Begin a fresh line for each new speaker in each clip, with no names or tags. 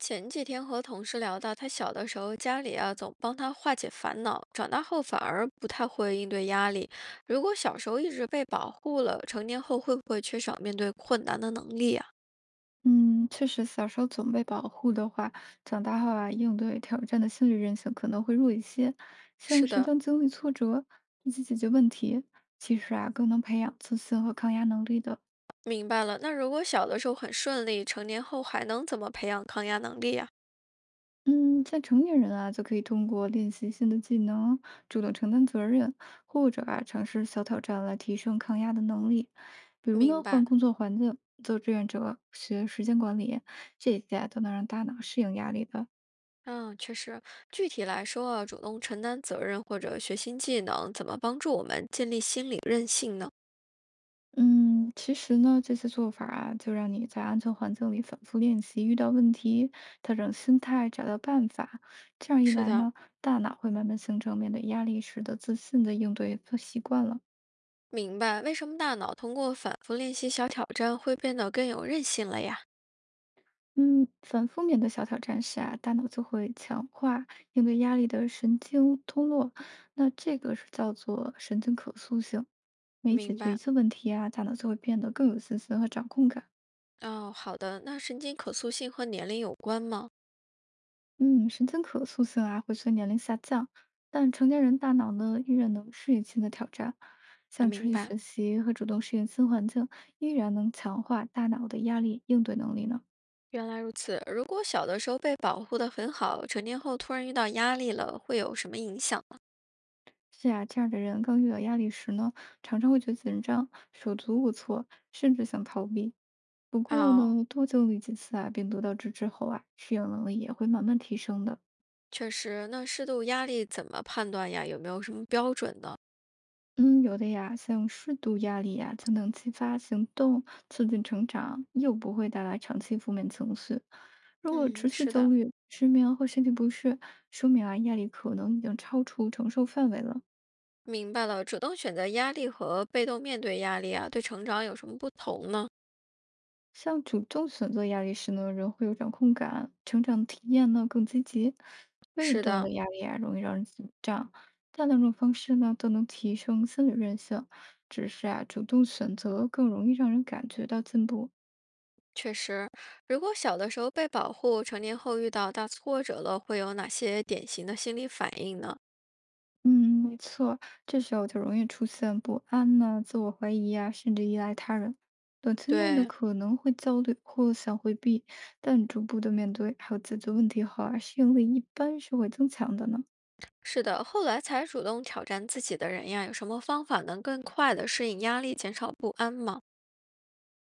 前几天和同事聊到，他小的时候家里啊总帮他化解烦恼，长大后反而不太会应对压力。如果小时候一直被保护了，成年后会不会缺少面对困难的能力啊？
嗯，确实，小时候总被保护的话，长大后啊，应对挑战的心理韧性可能会弱一些。像
是
是
的，
当经历挫折，自己解决问题，其实啊，更能培养自信和抗压能力的。
明白了。那如果小的时候很顺利，成年后还能怎么培养抗压能力啊？
嗯，像成年人啊，就可以通过练习新的技能，主动承担责任，或者啊，尝试小挑战来提升抗压的能力。比如
明
呢，换
白。
工作环境，做志愿者，学时间管理，这些啊都能让大脑适应压力的。
嗯，确实，具体来说啊，主动承担责任或者学新技能，怎么帮助我们建立心理韧性呢？
嗯，其实呢，这些做法啊，就让你在安全环境里反复练习，遇到问题，调整心态，找到办法。这样一
是
来
的，
呢，大脑会慢慢形成面对压力时的自信的应对和习惯了。
明白为什么大脑通过反复练习小挑战会变得更有韧性了呀？
嗯，反复面对小挑战时啊，大脑就会强化应对压力的神经通络，那这个是叫做神经可塑性。每解
明
决一
白。
次问题啊，大脑就会变得更有信心和掌控感。
哦，好的。那神经可塑性和年龄有关吗？
嗯，神经可塑性啊会随年龄下降，但成年人大脑呢依然能适应新的挑战，
啊，
像持
明
续
白。
学习和主动适应新环境，依然能强化大脑的压力应对能力呢。
原来如此。如果小的时候被保护得很好，成年后突然遇到压力了，会有什么影响呢？
是啊，这样的人刚遇到压力时呢，常常会觉得紧张、手足无措，甚至想逃避。不过
哦，
呢，多经历几次啊，并得到支持后啊，适应能力也会慢慢提升的。
确实。那适度压力怎么判断呀？有没有什么标准呢？
嗯，有的呀，像适度压力呀，就能激发行动，促进成长，又不会带来长期负面情绪。如果持
嗯，
续
是
焦
的，
虑、失眠或身体不适，说明啊压力可能已经超出承受范围了。
明白了。主动选择压力和被动面对压力啊，对成长有什么不同呢？
像主动选择压力时呢，人会有掌控感，成长体验呢更积极。被
是
动
的，
的压力啊，容易让人紧张。这两种方式呢，都能提升心理韧性，只是啊，主动选择更容易让人感觉到进步。
确实，如果小的时候被保护，成年后遇到大挫折了，会有哪些典型的心理反应呢？
嗯，没错，这时候就容易出现不安呐、自我怀疑啊，甚至依赖他人。短期内呢，
对，
可能会焦虑或想回避，但逐步的面对还有解决问题后啊，适应力一般是会增强的呢。
是的，后来才主动挑战自己的人呀，有什么方法能更快的适应压力，减少不安吗？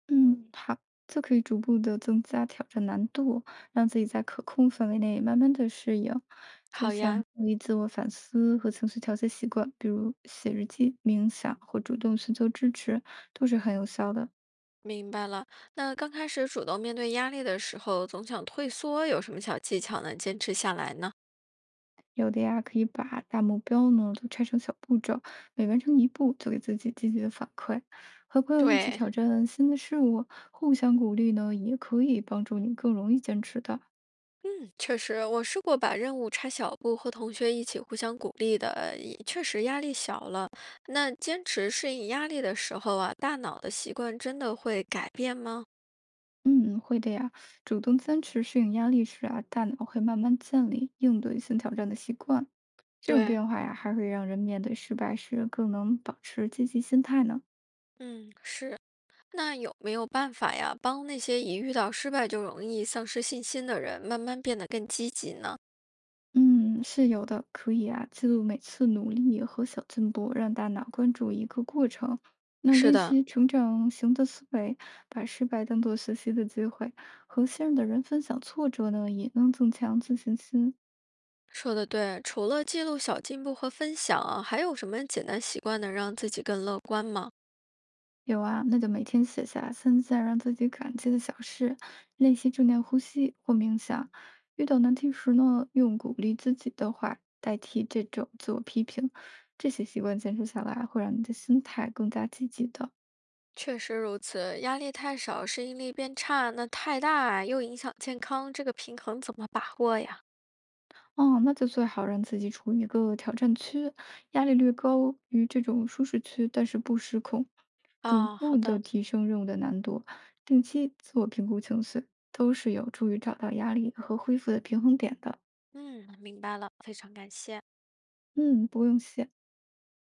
嗯，好，就可以逐步的增加挑战难度，让自己在可控范围内慢慢的适应。就
好
像
呀，
注意自我反思和情绪调节习惯，比如写日记、冥想或主动寻求支持，都是很有效的。
明白了。那刚开始主动面对压力的时候，总想退缩，有什么小技巧能坚持下来呢？
有的呀，可以把大目标呢都拆成小步骤，每完成一步就给自己积极的反馈，和朋友一起
对，
挑战新的事物，互相鼓励呢，也可以帮助你更容易坚持的。
嗯，确实，我试过把任务拆小步，和同学一起互相鼓励的，也确实压力小了。那坚持适应压力的时候啊，大脑的习惯真的会改变吗？
嗯，会的呀。主动坚持适应压力时啊，大脑会慢慢建立应对新挑战的习惯。这种
对，
变化呀，还会让人面对失败时更能保持积极心态呢。
嗯，是。那有没有办法呀，帮那些一遇到失败就容易丧失信心的人，慢慢变得更积极呢？
嗯，是有的，可以啊，记录每次努力和小进步，让大脑关注一个过程。那
是
练
的，
习成长型的思维，把失败当作学习的机会，和信任的人分享挫折呢，也能增强自信心。
说的对，除了记录小进步和分享啊，还有什么简单习惯能让自己更乐观吗？
有啊，那就每天写下三件让自己感激的小事，练习正念呼吸或冥想。遇到难题时呢，用鼓励自己的话代替这种自我批评，这些习惯坚持下来，会让你的心态更加积极的。
确实如此，压力太少，适应力变差，那太大又影响健康，这个平衡怎么把握呀？
哦，那就最好让自己处于一个挑战区，压力略高于这种舒适区，但是不失控，逐
啊，好
步的
的，
提升任务的难度，定期自我评估情绪，都是有助于找到压力和恢复的平衡点的。
嗯，明白了，非常感谢。
嗯，不用谢。